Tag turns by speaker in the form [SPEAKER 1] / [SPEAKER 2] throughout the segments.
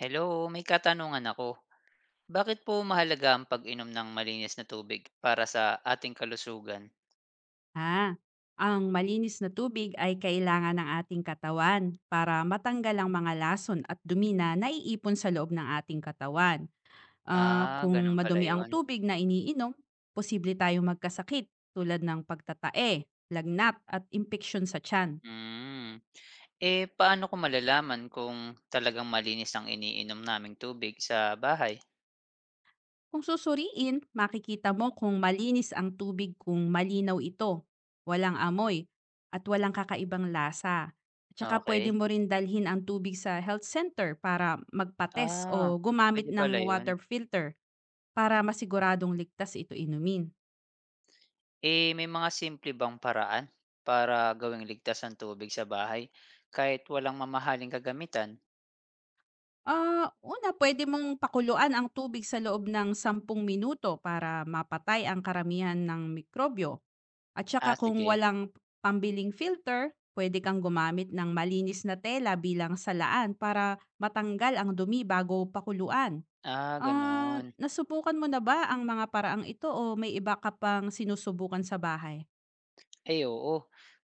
[SPEAKER 1] Hello, may katanungan ako. Bakit po mahalaga ang pag-inom ng malinis na tubig para sa ating kalusugan?
[SPEAKER 2] Ah, ang malinis na tubig ay kailangan ng ating katawan para matanggal ang mga lason at dumi na naiipon sa loob ng ating katawan. Ah, kung
[SPEAKER 1] Ganun pala
[SPEAKER 2] madumi ang
[SPEAKER 1] yun.
[SPEAKER 2] tubig na iniinom, posible tayong magkasakit tulad ng pagtatae, lagnat at impeksyon sa tiyan.
[SPEAKER 1] Hmm. Eh, paano ko malalaman kung talagang malinis ang iniinom naming tubig sa bahay?
[SPEAKER 2] Kung susuriin, makikita mo kung malinis ang tubig kung malinaw ito, walang amoy, at walang kakaibang lasa. Tsaka pwede
[SPEAKER 1] Okay.
[SPEAKER 2] mo rin dalhin ang tubig sa health center para magpates
[SPEAKER 1] Ah,
[SPEAKER 2] o gumamit
[SPEAKER 1] Pwede pala
[SPEAKER 2] ng
[SPEAKER 1] yun.
[SPEAKER 2] water filter para masiguradong ligtas ito inumin.
[SPEAKER 1] Eh, may mga simple bang paraan para gawing ligtas ang tubig sa bahay kahit walang mamahaling kagamitan?
[SPEAKER 2] Ah, una pwede mong pakuluan ang tubig sa loob ng 10 minuto para mapatay ang karamihan ng mikrobyo. At saka kung
[SPEAKER 1] Sige.
[SPEAKER 2] walang pambiling filter, pwede kang gumamit ng malinis na tela bilang salaan para matanggal ang dumi bago pakuluan. Ah,
[SPEAKER 1] Ganun.
[SPEAKER 2] nasubukan mo na ba ang mga paraang ito o may iba ka pang sinusubukan sa bahay?
[SPEAKER 1] Ay oo,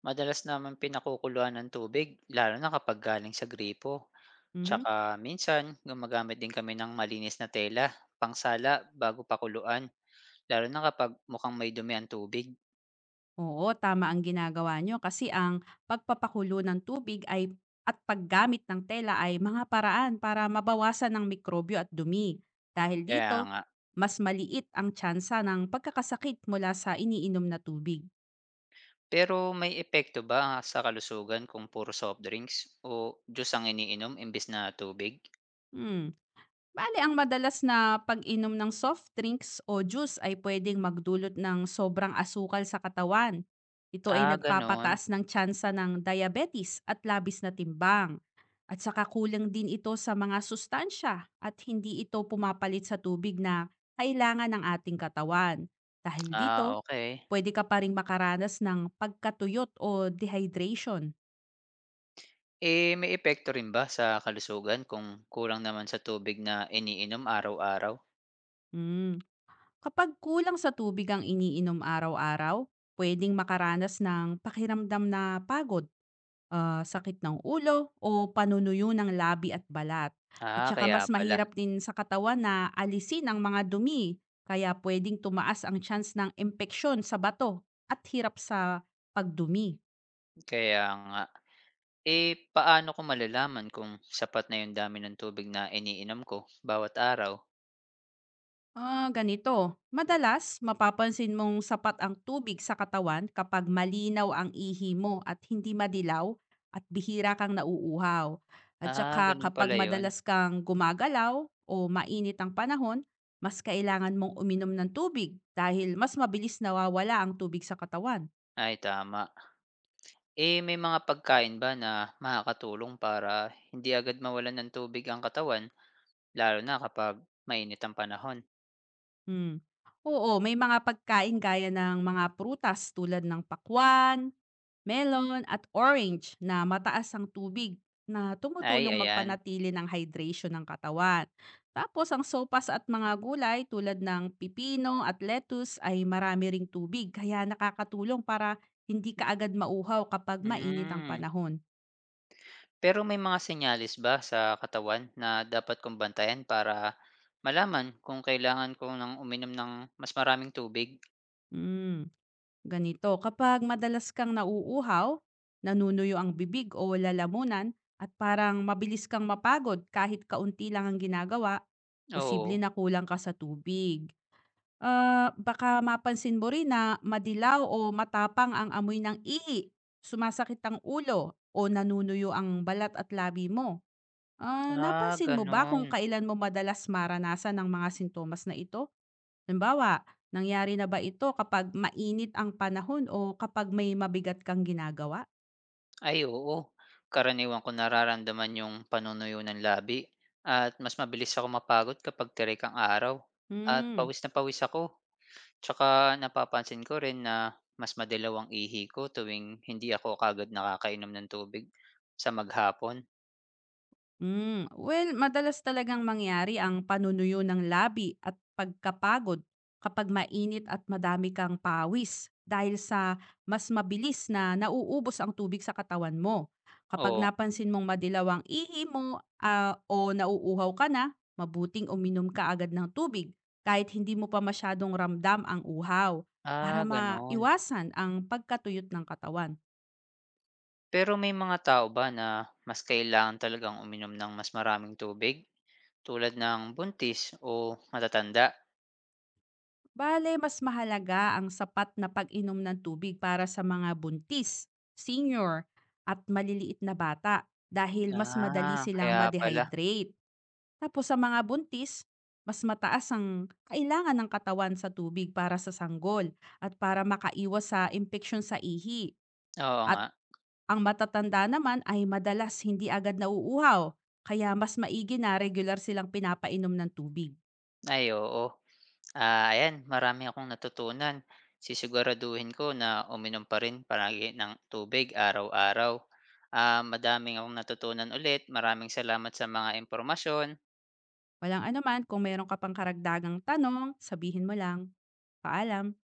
[SPEAKER 1] madalas naman pinakukuluan ng tubig lalo na kapag galing sa gripo.
[SPEAKER 2] Mhm.
[SPEAKER 1] Tsaka minsan gumagamit din kami ng malinis na tela, pangsala bago pakuluan, lalo na kapag mukhang may dumi ang tubig.
[SPEAKER 2] Oo, tama ang ginagawa niyo kasi ang pagpapakulo ng tubig ay at paggamit ng tela ay mga paraan para mabawasan ng mikrobyo at dumi. Dahil
[SPEAKER 1] Kaya
[SPEAKER 2] dito,
[SPEAKER 1] nga.
[SPEAKER 2] mas maliit ang tsansa ng pagkakasakit mula sa iniinom na tubig.
[SPEAKER 1] Pero may epekto ba sa kalusugan kung puro soft drinks o juice ang iniinom imbis na tubig?
[SPEAKER 2] Hmm. Bale, ang madalas na pag-inom ng soft drinks o juice ay pwedeng magdulot ng sobrang asukal sa katawan. Ito ay
[SPEAKER 1] Gano'n.
[SPEAKER 2] nagpapataas ng tsansa ng diabetes at labis na timbang. At saka kulang din ito sa mga sustansya at hindi ito pumapalit sa tubig na kailangan ng ating katawan. Dahil dito,
[SPEAKER 1] Okay.
[SPEAKER 2] pwede ka pa rin makaranas ng pagkatuyot o dehydration.
[SPEAKER 1] Eh, may epekto rin ba sa kalusugan kung kulang naman sa tubig na iniinom araw-araw?
[SPEAKER 2] Mm. Kapag kulang sa tubig ang iniinom araw-araw, pwedeng makaranas ng pakiramdam na pagod, sakit ng ulo o panunuyo ng labi at balat. At saka
[SPEAKER 1] Kaya
[SPEAKER 2] mas
[SPEAKER 1] pala.
[SPEAKER 2] mahirap din sa katawan na alisin ang mga dumi, kaya pwedeng tumaas ang chance ng impeksyon sa bato at hirap sa pagdumi.
[SPEAKER 1] Kaya nga. Eh, paano ko malalaman kung sapat na yung dami ng tubig na iniinom ko bawat araw?
[SPEAKER 2] Ah, ganito. Madalas, mapapansin mong sapat ang tubig sa katawan kapag malinaw ang ihi mo at hindi madilaw at bihira kang nauuhaw. At saka
[SPEAKER 1] Ganun pala
[SPEAKER 2] kapag
[SPEAKER 1] yun.
[SPEAKER 2] madalas kang gumagalaw o mainit ang panahon, mas kailangan mong uminom ng tubig dahil mas mabilis nawawala ang tubig sa katawan.
[SPEAKER 1] Ay, tama. Eh, may mga pagkain ba na makakatulong para hindi agad mawalan ng tubig ang katawan, lalo na kapag mainit ang panahon?
[SPEAKER 2] Hmm. Oo, may mga pagkain gaya ng mga prutas tulad ng pakwan, melon at orange na mataas ang tubig na
[SPEAKER 1] Ay,
[SPEAKER 2] tumutulong
[SPEAKER 1] ayan.
[SPEAKER 2] magpanatili ng hydration ng katawan. Tapos ang sopas at mga gulay tulad ng pipino at lettuce ay marami ring tubig kaya nakakatulong para hindi ka agad mauhaw kapag mainit ang
[SPEAKER 1] Hmm.
[SPEAKER 2] panahon.
[SPEAKER 1] Pero may mga senyales ba sa katawan na dapat kong bantayan para malaman kung kailangan ko ng uminom ng mas maraming tubig?
[SPEAKER 2] Mm, ganito, kapag madalas kang nauuhaw, nanunuyo ang bibig o lalamunan at parang mabilis kang mapagod kahit kaunti lang ang ginagawa, posible
[SPEAKER 1] Oo.
[SPEAKER 2] na kulang ka sa tubig. Ah, baka mapansin mo rin na madilaw o matapang ang amoy ng ihi, sumasakit ang ulo, o nanunuyo ang balat at labi mo. Ah, napansin mo ba kung
[SPEAKER 1] Ganun.
[SPEAKER 2] kailan mo madalas maranasan ang mga sintomas na ito? Halimbawa, nangyari na ba ito kapag mainit ang panahon o kapag may mabigat kang ginagawa?
[SPEAKER 1] Ay oo, karaniwan ko nararamdaman yung panunuyo ng labi at mas mabilis ako mapagod kapag tirik ang araw at
[SPEAKER 2] Hmm.
[SPEAKER 1] pawis na pawis ako. Tsaka napapansin ko rin na mas madilaw ang ihi ko tuwing hindi ako kaagad nakakainom ng tubig sa maghapon.
[SPEAKER 2] Well madalas talagang mangyari ang panunuyo ng labi at pagkapagod kapag mainit at madami kang pawis dahil sa mas mabilis na nauubos ang tubig sa katawan mo. Kapag
[SPEAKER 1] Oo.
[SPEAKER 2] napansin mong madilaw ang ihi mo o nauuhaw ka na, mabuting uminom ka agad ng tubig kahit hindi mo pa masyadong ramdam ang uhaw para
[SPEAKER 1] Gano'n.
[SPEAKER 2] maiwasan ang pagkatuyot ng katawan.
[SPEAKER 1] Pero may mga tao ba na mas kailangan talagang uminom ng mas maraming tubig? Tulad ng buntis o matatanda?
[SPEAKER 2] Bale, mas mahalaga ang sapat na pag-inom ng tubig para sa mga buntis, senior, at maliliit na bata dahil mas madali silang
[SPEAKER 1] Kaya pala.
[SPEAKER 2] ma-dehydrate. Tapos sa mga buntis, mas mataas ang kailangan ng katawan sa tubig para sa sanggol at para makaiwas sa impeksyon sa ihi.
[SPEAKER 1] Oo nga.
[SPEAKER 2] At ang matatanda naman ay madalas hindi agad nauuhaw, kaya mas maigi na regular silang pinapainom ng tubig.
[SPEAKER 1] Ay, oo. Ayan marami akong natutunan. Sisiguraduhin ko na uminom pa rin palagi ng tubig araw-araw. Madami akong natutunan ulit. Maraming salamat sa mga impormasyon.
[SPEAKER 2] Walang anuman, kung meron ka pang karagdagang tanong, sabihin mo lang. Paalam.